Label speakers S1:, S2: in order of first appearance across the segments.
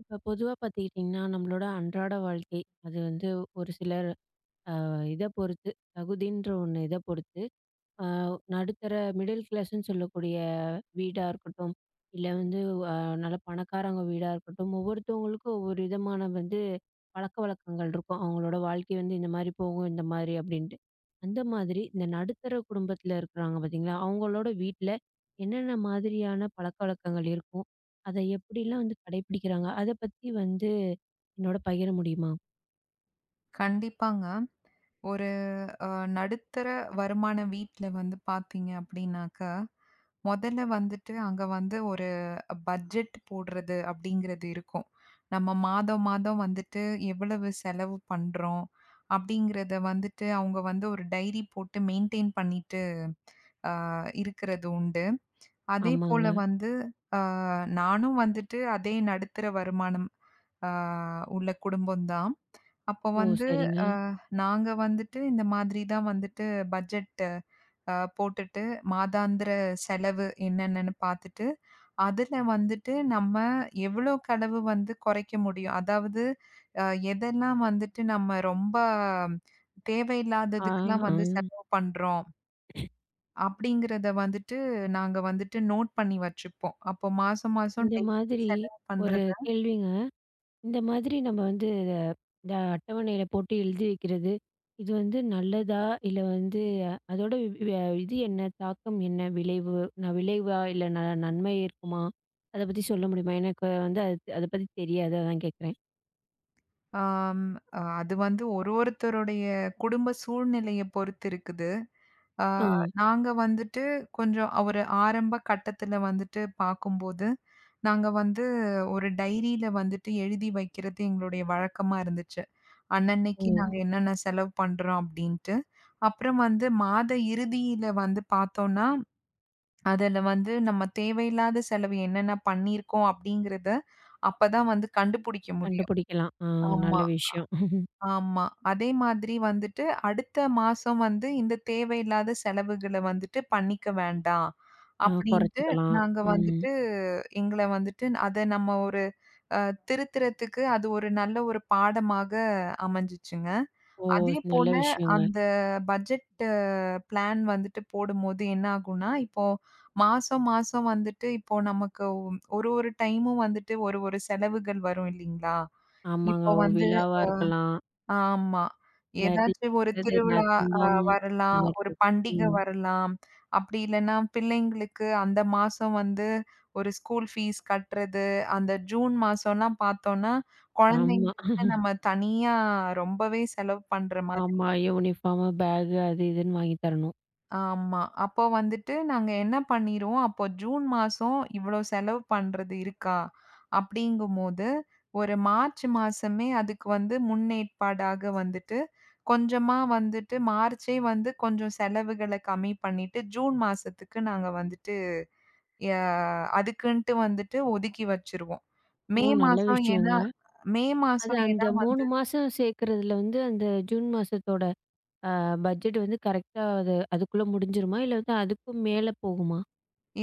S1: இப்ப பொதுவா பாத்துக்கிட்டிங்கன்னா, நம்மளோட அன்றாட வாழ்க்கை, அது வந்து ஒரு சிலர் இத பொறுத்து, தகுதின்ற ஒண்ணு இத பொறுத்து, அ நடுத்தர மிடில் கிளாஸ்ன்னு சொல்லக்கூடிய வீடா இருக்கட்டும், இல்ல வந்து அ நல்ல பணக்காரங்க வீடா இருக்கட்டும், ஒவ்வொருத்தவங்களுக்கும் ஒவ்வொரு விதமான வந்து பழக்கவழக்கங்கள் இருக்கும். அவங்களோட வாழ்க்கை வந்து இந்த மாரி போகும், இந்த மாரி அப்டின்ட்டு. அந்த மாதிரி இந்த நடுத்தர குடும்பத்துல இருக்கிறாங்க பாத்தீங்களா, அவங்களோட வீட்ல என்னென்ன மாதிரியான பழக்கவழக்கங்கள் இருக்கும்? அத எப்படிலாம் வந்து கடைபிடிக்கிறாங்க? அத பத்தி வந்து என்னோட பகிர முடியுமா?
S2: கண்டிப்பாங்க. ஒரு அ நடுத்தர வருமான வீட்ல வந்து பார்த்தீங்க அப்டின்னாக்க, மொதல்ல வந்துட்டு அங்க வந்து ஒரு பட்ஜெட் போடுறது அப்டிங்கிறது இருக்கும். நம்ம மாதம் மாதம் வந்துட்டு எவ்வளவு செலவு பண்றோம் அப்டிங்கிறத வந்துட்டு அவங்க வந்து ஒரு டைரி போட்டு மெயின்டெயின் பண்ணிட்டு இருக்கிறது உண்டு. அதேபோல
S1: ஆமாங்க.
S2: வந்து அ நானும் வந்துட்டு அதே நடுத்தர வருமானம் அ உள்ள குடும்பம் தான். அப்போ
S1: ஓ!
S2: வந்து
S1: சரிங்க.
S2: நாங்க வந்துட்டு இந்த மாதிரி தான் வந்துட்டு பட்ஜெட் போட்டுட்டு, மாதாந்திர செலவு என்னென்னன்னு பார்த்துட்டு, அதுல வந்துட்டு நம்ம எவ்வளோக்கு அளவு வந்து குறைக்க முடியும். அதாவது அ எதெல்லாம் வந்துட்டு நம்ம ரொம்ப
S1: ஆ,
S2: தேவையில்லாததுக்குலாம்
S1: ஆ.
S2: வந்து செலவு பண்றோம், அப்படிங்கிறத வந்துட்டு நாங்க வந்துட்டு நோட் பண்ணி வச்சுப்போம். அப்போ மாசம் மாசம்
S1: இந்த
S2: டெய்லி
S1: மாதிரி
S2: செலவு
S1: ஒரு
S2: பண்றத
S1: கேள்விங்க. இந்த மாதிரி நம்ம வந்து இத இந்த அட்டவணையில போட்டு எழுதி வைக்கிறது, இது வந்து நல்லதா? இல்ல வந்து அதோட வ இது என்ன? தாக்கம் என்ன? விளைவு நான் விளைவா? இல்ல நன்மை இருக்குமா? அத பத்தி சொல்ல முடியுமா? எனக்கு வந்து அது அத பத்தி தெரியாது. அதான் கேட்குறேன்.
S2: ஆம். அது வந்து ஒரு ஒருத்தருடைய குடும்ப சூழ்நிலைய பொறுத்து இருக்குது. ஆ,
S1: ஆ.
S2: ம். நாங்க வந்துட்டு கொஞ்சம் ஒரு ஆரம்ப கட்டத்தில வந்துட்டு பார்க்கும்போது, நாங்க வந்து ஒரு டைரியில வந்துட்டு எழுதி வைக்கிறது எங்களுடைய வழக்கமா இருந்துச்சு. அன்னன்னைக்கு
S1: ஓ!
S2: நாங்க என்னென்ன செலவு பண்றோம் அப்டின்ட்டு. அப்புறம் வந்து மாத இறுதியில வந்து பார்த்தோம்னா, அதுல வந்து நம்ம தேவையில்லாத செலவு என்னென்ன பண்ணியிருக்கோம் அப்டிங்கிறத அப்பதான் வந்து கண்டுபிடிக்க முடியும்.
S1: கண்டுபிடிக்கலாம். ஆ நல்ல
S2: ஆமா.
S1: விஷயம்.
S2: ஆமா. அதே மாதிரி வந்துட்டு அடுத்த மாசம் வந்து இந்த தேவையில்லாத செலவுகள வந்துட்டு பண்ணிக்க வேண்டாம்.
S1: ஆ
S2: அப்படின்ட்டு
S1: குறைச்சுக்கலாம்.
S2: நாங்க
S1: ம்.
S2: வந்துட்டு எங்கள வந்துட்டு அத நம்ம ஒரு அ திருத்துறதுக்கு அது ஒரு நல்ல ஒரு பாடமாக அமைஞ்சுச்சுங்க.
S1: ஓ!
S2: அதே
S1: நல்ல
S2: போல
S1: விஷயங்க.
S2: அந்த பட்ஜெட் பிளான் வந்துட்டு போடும்போது என்ன ஆகும்னா, இப்போ மாசம் மாசம் வந்துட்டு இப்போ நமக்கு ஒரு ஒரு டைமும் வந்துட்டு ஒரு ஒரு செலவுகள் வரும் இல்லீங்களா?
S1: ஆமாங்க.
S2: இப்போ
S1: ஒரு
S2: வந்து
S1: விழாவா இருக்கலாம்.
S2: ஆமா.
S1: இல்லாட்டி
S2: ஏதாச்சும் ஒரு
S1: ஏதாவது
S2: திருவிழா
S1: நத்தம்
S2: அ
S1: இந்த
S2: வரலாம், ஒரு
S1: மாதிரி.
S2: பண்டிகை
S1: ம்.
S2: வரலாம். அப்படி இல்லன்னா, பிள்ளைங்களுக்கு அந்த மாசம் வந்து ஒரு ஸ்கூல் ஃபீஸ் கட்டுறது, அந்த ஜூன் மாசம்லாம் பார்த்தோம்னா,
S1: ஆமா.
S2: குழந்தைங்களுக்குன்னு நம்ம தனியா ரொம்பவே செலவு பண்ற மாரி
S1: ஆமா. யூனிஃபார்ம், பேக் அது இதுன்னு வாங்கி தரணும்.
S2: ஆமா. அப்போ வந்துட்டு நாங்க என்ன பண்ணிருவோம், அப்போ ஜூன் மாசம் இவ்வளோ செலவு பண்றது இருக்கா? அப்படிங்கும்போது, ஒரு மார்ச் மாசமே அதுக்கு வந்து முன்னேற்பாடாக வந்துட்டு, கொஞ்சமா வந்துட்டு மார்ச்சே வந்து கொஞ்சம் செலவுகள கம்மி பண்ணிட்டு, ஜூன் மாசத்துக்கு நாங்க வந்துட்டு ய அதுக்குன்ட்டு வந்துட்டு ஒதுக்கி வச்சுருவோம்.
S1: ஓ!
S2: மே
S1: நல்ல
S2: மாசம் ஏன்னா
S1: விஷயங்க.
S2: மே
S1: அது
S2: மாசம்
S1: அந்த
S2: ஏன்னா
S1: 3
S2: வந்து
S1: மாசம் சேர்க்கறதுல வந்து அந்த ஜூன் மாசத்தோட பட்ஜெட் வந்து கரெக்ட்டா அது அதுக்குள்ள முடிஞ்சிருமா? இல்ல வந்து அதுக்கும் மேல போகுமா?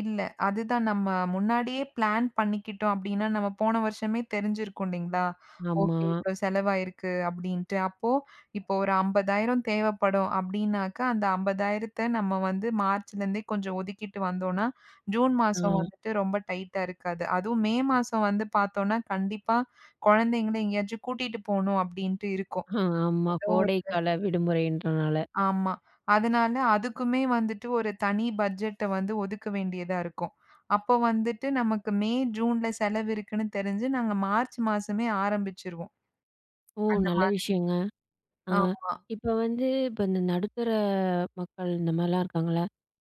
S2: இல்ல. அதுதான் நம்ம முன்னாடியே பிளான் பண்ணிக்கிட்டோம் அப்டின்னா, நம்ம போன வருஷமே தெரிஞ்சிருக்கும் இல்லைங்களா?
S1: ஆமா.
S2: ஓகே, இவ்ளோ செலவாயிருக்கு அப்டின்ட்டு. அப்போ இப்போ ஒரு 50,000 தேவைப்படும் அப்டின்னாக்கா, அந்த 50,000த்த நம்ம வந்து மார்ச்லேருந்தே கொஞ்சம் ஒதுக்கிட்டு வந்தோம்னா, ஜூன்
S1: ஆ.
S2: மாசம் வந்துட்டு ரொம்ப டைட்டா இருக்காது. அதுவும் மே மாசம் வந்து பார்த்தோம்னா, கண்டிப்பா குழந்தைங்கள எங்கேயாச்சும் கூட்டிட்டு போணும் அப்டின்ட்டு இருக்கும்.
S1: ஆ ஆமா.
S2: ஏதோ ஒரு
S1: கோடைக்கால விடுமுறைன்றனால.
S2: ஆமா. அதனால அதுக்குமே வந்துட்டு ஒரு தனி பட்ஜெட்ட வந்து ஒதுக்க வேண்டியதா இருக்கும். அப்போ வந்துட்டு நமக்கு மே, ஜூன்ல செலவு இருக்குன்னு தெரிஞ்சு நாங்க மார்ச் மாசமே ஆரம்பிச்சுருவோம்.
S1: ஓ!
S2: அந்த
S1: நல்ல
S2: மாதிரி.
S1: விஷயங்க. ஆ.
S2: ஆமா.
S1: இப்ப வந்து இந்த நடுத்தர மக்கள் இந்த மாரிலாம் இருக்காங்கல்ல,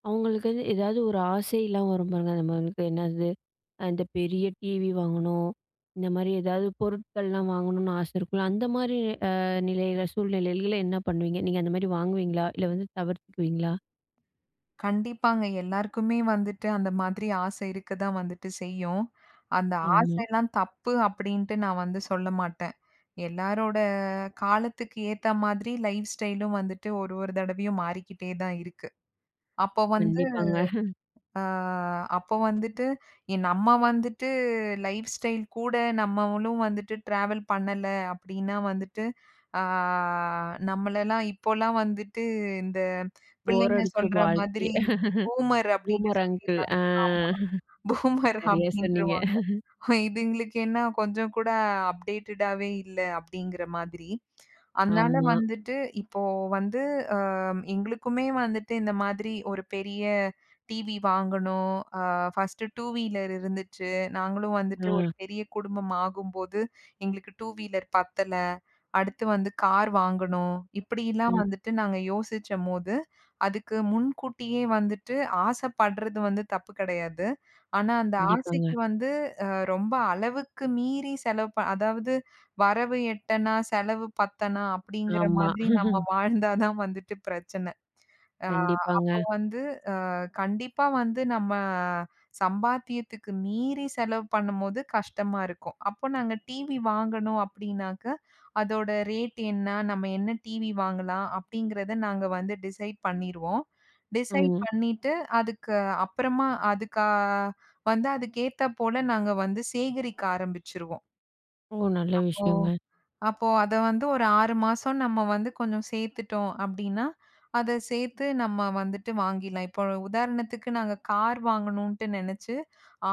S1: அவங்களுக்கு வந்து ஏதாவது ஒரு ஆசைலாம் வரும் பாருங்க. நம்மளுக்கு என்னது இந்த பெரிய டிவி வாங்கணும், இந்த மாரி ஏதாவது பொருட்கள்லாம் வாங்கணும்னு ஆசை இருக்கும்ல. அந்த மாரி நிலையில சூழ்நிலையில என்ன பண்ணுவீங்க? நீங்க அந்த மாரி வாங்குவீங்களா? இல்ல வந்து தவிர்த்துக்குவீங்களா?
S2: கண்டிப்பாங்க. எல்லாருக்குமே வந்துட்டு அந்த மாதிரி ஆசை இருக்க தான் வந்துட்டு செய்யும். அந்த
S1: ஆமா.
S2: ஆசைலாம் தப்பு அப்படின்ட்டு நான் வந்து சொல்ல மாட்டேன். எல்லாரோட காலத்துக்கு ஏத்த மாதிரி லைஃப் ஸ்டைலும் வந்துட்டு ஒரு ஒரு தடவையும் மாறிக்கிட்டே தான் இருக்கு. அப்போ வந்து
S1: கண்டிப்பாங்க.
S2: ஆ அப்போ வந்துட்டு, நம்ம வந்துட்டு லைஃப் ஸ்டைல் கூட நம்மளும் வந்துட்டு ட்ராவல் பண்ணல அப்டின்னா வந்துட்டு, ஆ நம்மளலாம் இப்போலாம் வந்துட்டு இந்த
S1: போர்
S2: பிள்ளைங்க
S1: அடிச்சிரும்
S2: சொல்ற மாதிரி
S1: வாழ்க்கையே.
S2: பூமர் அப்டின்னு
S1: பூமர் அங்கிள்.
S2: சொல்லிர்றாங்க.
S1: ஆ
S2: ஆமா. பூமர்
S1: சரியா சொன்னீங்க.
S2: அப்டின்ருவாங்க. இதுங்களுக்கு என்ன கொஞ்சம் கூட அப்டேட்டடாவே இல்ல அப்டிங்கிற மாதிரி. அதனால
S1: ஆமா.
S2: வந்துட்டு இப்போ வந்து எங்களுக்குமே வந்துட்டு இந்த மாதிரி ஒரு பெரிய டிவி வாங்கணும். அ ஃபர்ஸ்ட்டு 2 வீலர் இருந்துச்சு. நாங்களும் வந்துட்டு
S1: ஆ.
S2: ஒரு பெரிய குடும்பம் ஆகும்போது, எங்களுக்கு 2 வீலர் பத்தல. அடுத்து வந்து கார் வாங்கணும். இப்படிலாம்
S1: ம்.
S2: வந்துட்டு நாங்க யோசிச்சம்போது, அதுக்கு முன்கூட்டியே வந்துட்டு ஆசைப்படுறது வந்து தப்பு கிடையாது. ஆனா, அந்த
S1: கண்டிப்பாங்க.
S2: ஆசைக்கு வந்து அ ரொம்ப அளவுக்கு மீறி செலவு அதாவது வரவு எட்டனா, செலவு பத்தனா அப்படிங்கிற
S1: ஆமா.
S2: மாதிரி நம்ம வாழ்ந்தா தான் வந்துட்டு பிரச்சனை. அ அப்போ
S1: கண்டிப்பாங்க.
S2: வந்து அ கண்டிப்பா வந்து நம்ம சம்பாத்தியத்துக்கு மீறி செலவு பண்ணும்போது கஷ்டமா இருக்கும். அப்போ நாங்க டிவி வாங்கணும் அப்படின்னாக்க, அதோட ரேட் என்ன? நம்ம என்ன டிவி வாங்கலாம்? அப்படிங்கிறத நாங்க வந்து டிசைட் பண்ணிருவோம். டிசைட்
S1: ம்.
S2: பண்ணிட்டு அதுக்கு அப்புறமா அதுக்கா வந்து அதுக்கேத்தா போல நாங்க வந்து சேகரிக்க ஆரம்பிச்சுருவோம்.
S1: ஓ! நல்ல
S2: ஓ!
S1: விஷயங்க.
S2: அப்போ அத வந்து ஒரு 6 மாசம் நம்ம வந்து கொஞ்சம் சேர்த்துட்டோம் அப்டின்னா, அத சேர்த்து நம்ம வந்துட்டு வாங்கிடலாம். இப்போ உதாரணத்துக்கு நாங்க கார் வாங்கணுன்ட்டு நெனச்சு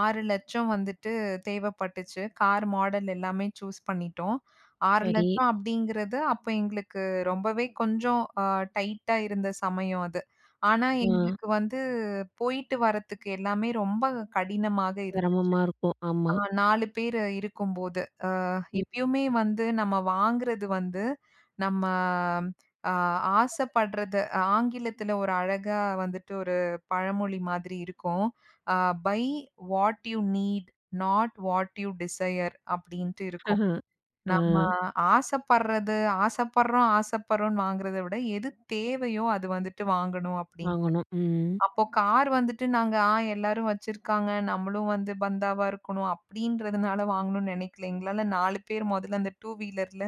S2: 6,00,000 வந்துட்டு தேவைப்பட்டுச்சு. கார் மாடல் எல்லாமே சூஸ் பண்ணிட்டோம்.
S1: சரி.
S2: 6,00,000 அப்டிங்கிறது அப்போ எங்களுக்கு ரொம்பவே கொஞ்சம் டைட்டா இருந்த சமயம் அது. ஆனா,
S1: ஆ
S2: எங்களுக்கு வந்து போயிட்டு வரத்துக்கு எல்லாமே ரொம்ப கடினமாக இருந்துச்சு.
S1: சிரமமா இருக்கும்.
S2: அ
S1: ஆமா.
S2: 4 பேர் இருக்கும்போது.
S1: ம்.
S2: இப்பயுமே வந்து நம்ம வாங்குறது வந்து நம்ம அ ஆசைப்படுறது ஆங்கிலத்தில ஒரு அழகா வந்துட்டு ஒரு பழமொழி மாதிரி இருக்கும். Uh by what you need, not what you desire அப்டின்ட்டு இருக்கும்.
S1: ஆ
S2: நம்ம ஆசைப்படுறது ஆசைப்படுறோம்ன்னு வாங்குறத விட எது தேவையோ அது வந்துட்டு வாங்கணும் அப்டின்ட்டு.
S1: வாங்கணும். ம்.
S2: அப்போ கார் வந்துட்டு நாங்க, ஆ எல்லாரும் வச்சிருக்காங்க. நம்மளும் வந்து பந்தாவா இருக்கணும் அப்படின்றதுனால வாங்கணும்னு நினைக்கல. எங்களால 4 பேர் முதல்ல அந்த 2 வீலர்ல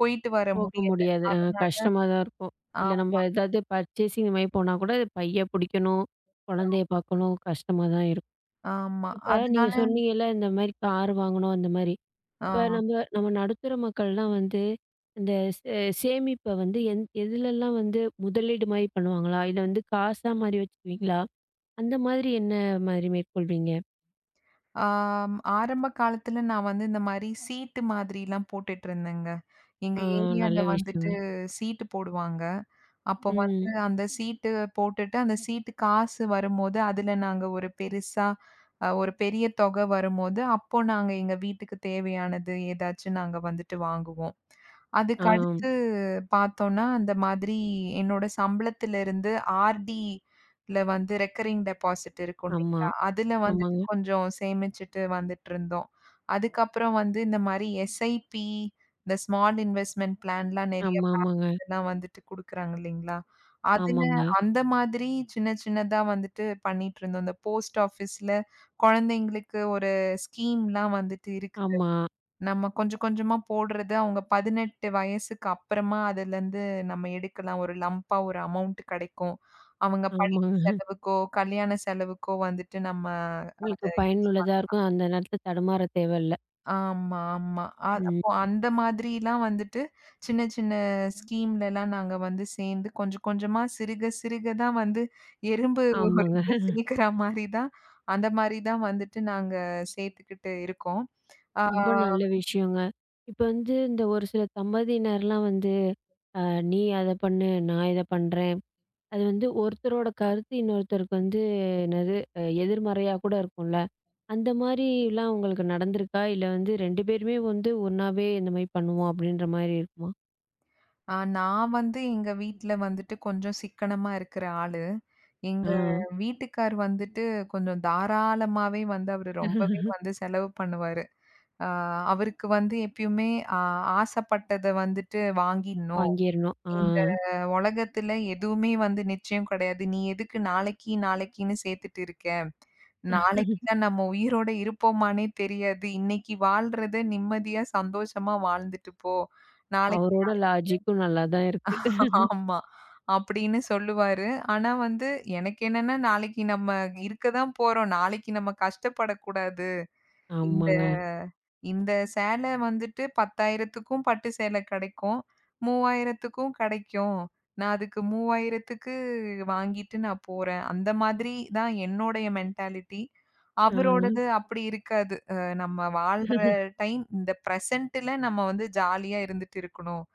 S2: போயிட்டு வர
S1: போக
S2: முடியல.
S1: முடியாது. ஆ
S2: அதனால
S1: கஷ்டமா தான் இருக்கும்.
S2: ஆ
S1: இல்ல நம்ம ஏதாவது பர்ச்சேசிங் இந்த மாரி போனா கூட பைய பிடிக்கணும், குழந்தைய பார்க்கணும், கஷ்டமா தான் இருக்கும்.
S2: ஆமா.
S1: இப்ப நீங்க
S2: அதனால
S1: சொன்னீங்கல்ல, இந்த மாரி கார் வாங்கணும் அந்த மாரி.
S2: ஆ.
S1: இப்ப நம்ம நம்ம நடுத்தர மக்கள்லாம் வந்து இந்த சே சேமிப்ப வந்து எதுலலாம் வந்து முதலீடு மாரி பண்ணுவாங்களா? இல்ல வந்து காசா மாரி வச்சுக்குவீங்களா? அந்த மாதிரி என்ன மாரி மேற்கொள்வீங்க?
S2: ஆம், ஆரம்ப காலத்துல நான் வந்து இந்த மாரி சீட்டு மாதிரிலாம் போட்டுட்டு இருந்தேங்க. எங்க
S1: ஆ,
S2: ஏரியால
S1: நல்ல விஷயங்க.
S2: வந்துட்டு சீட்டு போடுவாங்க. அப்போ வந்து
S1: ம்.
S2: அந்த சீட்டு போட்டுட்டு, அந்த சீட்டு காசு வரும்போது, அதுல நாங்க ஒரு பெருசா ஒரு பெரிய தொகை வரும்போது, அப்போ நாங்க எங்க வீட்டுக்கு தேவையானது ஏதாச்சும் நாங்க வந்துட்டு வாங்குவோம்.
S1: ஆ,
S2: அதுக்கு அடுத்து பார்த்தோம்னா, அந்த மாதிரி என்னோட சம்பளத்திலிருந்து ஆர்டில வந்து ரெக்கரிங் டெபாசிட் இருக்கும்
S1: ஆமா.
S2: இல்லைங்களா? அதுல வந்துட்டு
S1: ஆமாங்க.
S2: கொஞ்சம் சேமிச்சுட்டு வந்துட்டுருந்தோம். அதுக்கப்புறம் வந்து இந்த மாரி எஸ்ஐபி, இந்த ஸ்மால் இன்வெஸ்ட்மென்ட் பிளான்லாம் நெறைய
S1: ஆமா, ஆமாங்க.
S2: பேங்க்லாம் வந்துட்டு குடுக்குறாங்க இல்லைங்களா? அதுல
S1: ஆமாங்க.
S2: அந்த மாதிரி சின்ன சின்னதா வந்துட்டு பண்ணிட்டுருந்தோம். இந்த போஸ்ட் ஆஃபீஸ்ல குழந்தைங்களுக்கு ஒரு ஸ்கீம்லாம் வந்துட்டு இருக்கு.
S1: ஆமா,
S2: நம்ம கொஞ்சம் கொஞ்சமா போடுறது, அவங்க 18 வயசுக்கு அப்புறமா அதுலருந்து நம்ம எடுக்கலாம். ஒரு லம்பா ஒரு அமௌண்ட் கிடைக்கும். அவங்க படிப்பு
S1: ஆமாங்க.
S2: செலவுக்கோ, கல்யாண செலவுக்கோ வந்துட்டு நம்ம அத
S1: உங்களுக்கு பயனுள்ளதா இருக்கும். அந்த நேரத்துல தடுமாற தேவையில்ல.
S2: ஆமா, ஆமா. அது
S1: ம்.
S2: அப்போ அந்த மாதிரிலாம் வந்துட்டு சின்ன சின்ன ஸ்கீம்லலாம் நாங்க வந்து சேர்ந்து கொஞ்சம் கொஞ்சமா சிறுக சிறுக தான் வந்து எறும்பு ஒரு
S1: ஆமாங்க.
S2: இத சேக்கிற மாரி தான் அந்த மாரி தான் வந்துட்டு நாங்க சேர்த்துக்கிட்டு இருக்கோம். ஆ
S1: ரொம்ப நல்ல விஷயங்க. இப்ப வந்து இந்த ஒரு சில தம்பதியினர்லாம் வந்து, அ நீ அத பண்ணு, நான் இத பண்றேன். அது வந்து ஒருத்தரோட கருத்து இன்னொருத்தருக்கு வந்து என்னது எதிர்மறையா கூட இருக்கும்ல. அந்த மாரிலாம் உங்களுக்கு நடந்திருக்கா? இல்ல வந்து 2 பேருமே வந்து ஒண்ணாவே இந்த மாரி பண்ணுவோம் அப்படின்ற மாரி இருக்குமா?
S2: ஆ நான் வந்து எங்க வீட்ல வந்துட்டு கொஞ்சம் சிக்கனமா இருக்கிற ஆளு. எங்க
S1: ஆ.
S2: வீட்டுக்கார் வந்துட்டு கொஞ்சம் தாராளமாவே வந்து அவரு ரொம்பவே வந்து செலவு பண்ணுவாரு. ஆ அவருக்கு வந்து எப்பயுமே ஆ ஆசைப்பட்டத வந்துட்டு வாங்கிடணும்.
S1: வாங்கிரணும். ஆ.
S2: இந்த உலகத்துல எதுவுமே வந்து நிச்சயம் கிடையாது. நீ எதுக்கு நாளைக்கு, நாளைக்கின்னு சேர்த்துட்டு இருக்க? நாளைக்கு தான் நம்ம உயிரோட இருப்போமான்னே தெரியாது. இன்னைக்கு வாழ்றத நிம்மதியா, சந்தோஷமா வாழ்ந்துட்டு போ. நாளைக்கு
S1: அவரோட லாஜிக்கும் நல்லா தான் இருக்கு.
S2: ஆமா. அப்படின்னு சொல்லுவாரு. ஆனா வந்து எனக்கு என்னன்னா, நாளைக்கு நம்ம இருக்க தான் போறோம். நாளைக்கு நம்ம கஷ்டப்படக்கூடாது. இந்த
S1: ஆமாங்க.
S2: இந்த சேலை வந்துட்டு 10,000க்கும் பட்டு சேலை கிடைக்கும். 3,000க்கும் கிடைக்கும். நான் அதுக்கு 3,000க்கு வாங்கிட்டு நான் போறேன். அந்த மாதிரி தான் என்னோடைய மென்டாலிட்டி.
S1: ஆ.
S2: அவரோடது அப்படி இருக்காது. நம்ம வாழ்ற டைம் இந்த பிரசன்ட்ல நம்ம வந்து ஜாலியா இருந்துட்டு இருக்கணும்.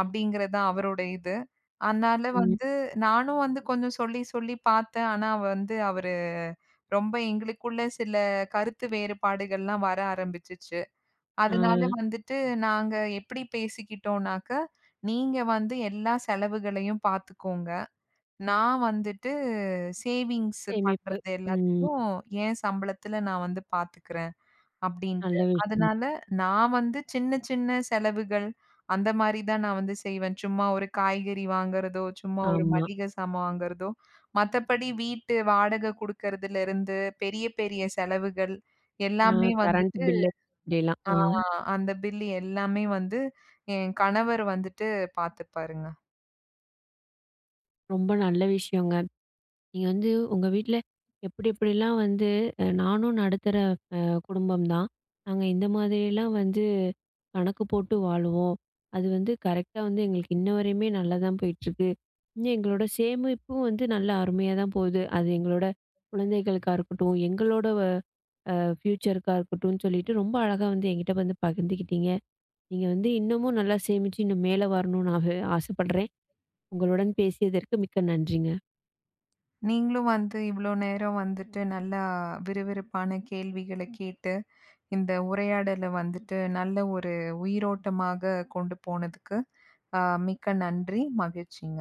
S2: அப்படிங்கிறது தான் அவரோட இது. அதனால
S1: ம்.
S2: வந்து நானும் வந்து கொஞ்சம் சொல்லி, சொல்லி பார்த்தேன். ஆனா வந்து அவரு ரொம்ப எங்களுக்குள்ள சில கருத்து வேறுபாடுகள்லாம் வர ஆரம்பிச்சுச்சு.
S1: ஆ.
S2: அதனால வந்துட்டு நாங்க எப்படி பேசிக்கிட்டோம்னாக்க, "நீங்க வந்து எல்லா செலவுகளையும் பார்த்துக்கோங்க. நான் வந்துட்டு சேவிங்ஸ்
S1: சேமிப்பு.
S2: பண்றது
S1: ம்.
S2: எல்லாத்தையும் என் சம்பளத்துல நான் வந்து பார்த்துக்கிறேன்." அப்டின்ட்டு.
S1: நல்ல விஷயம்.
S2: அதனால நான் வந்து சின்ன சின்ன செலவுகள் அந்த மாரி தான் நான் வந்து செய்வேன். சும்மா ஒரு காய்கறி வாங்குறதோ, சும்மா ஒரு
S1: ஆமா.
S2: மளிகை சாமான் வாங்குறதோ, மத்தபடி வீட்டு வாடகை குடுக்கறதுலருந்து பெரிய பெரிய செலவுகள்
S1: ஆ
S2: எல்லாமே
S1: கரண்ட்
S2: வந்துட்டு
S1: பில்லு இப்படிலாம்.
S2: ஆ
S1: ஆ.
S2: அந்த பில் எல்லாமே வந்து என் கணவர் வந்துட்டு பார்த்துப்பாருங்க.
S1: ரொம்ப நல்ல விஷயங்க. நீங்க வந்து உங்க வீட்ல எப்படி எப்படிலாம் வந்து நானும் நடுத்தர அ குடும்பம் தான். நாங்க இந்த மாதிரிலாம் வந்து கணக்கு போட்டு வாழுவோம். அது வந்து கரெக்ட்டா வந்து எங்களுக்கு இன்ன வரையுமே நல்லா தான் போயிட்டுருக்கு. இன்னும் எங்களோட சேமிப்பும் வந்து நல்லா அருமையா தான் போகுது. அது எங்களோட குழந்தைகளுக்கா இருக்கட்டும், எங்களோட ஃப்யூச்சருக்கா இருக்கட்டும்ன்னு சொல்லிட்டு ரொம்ப அழகா வந்து என்கிட்ட வந்து பகிர்ந்துக்கிட்டீங்க. நீங்க வந்து இன்னமும் நல்லா சேமிச்சு, இன்னும் மேல வரணும்னு நான் ஆசைப்படுறேன். உங்களுடன் பேசியதற்கு மிக்க நன்றிங்க.
S2: நீங்களும் வந்து இவ்ளோ நேரம் வந்துட்டு நல்லா விறுவிறுப்பான கேள்விகள கேட்டு இந்த உரையாடல வந்துட்டு நல்ல ஒரு உயிரோட்டமாக கொண்டு போனதுக்கு, அ மிக்க நன்றி. மகிழ்ச்சிங்க.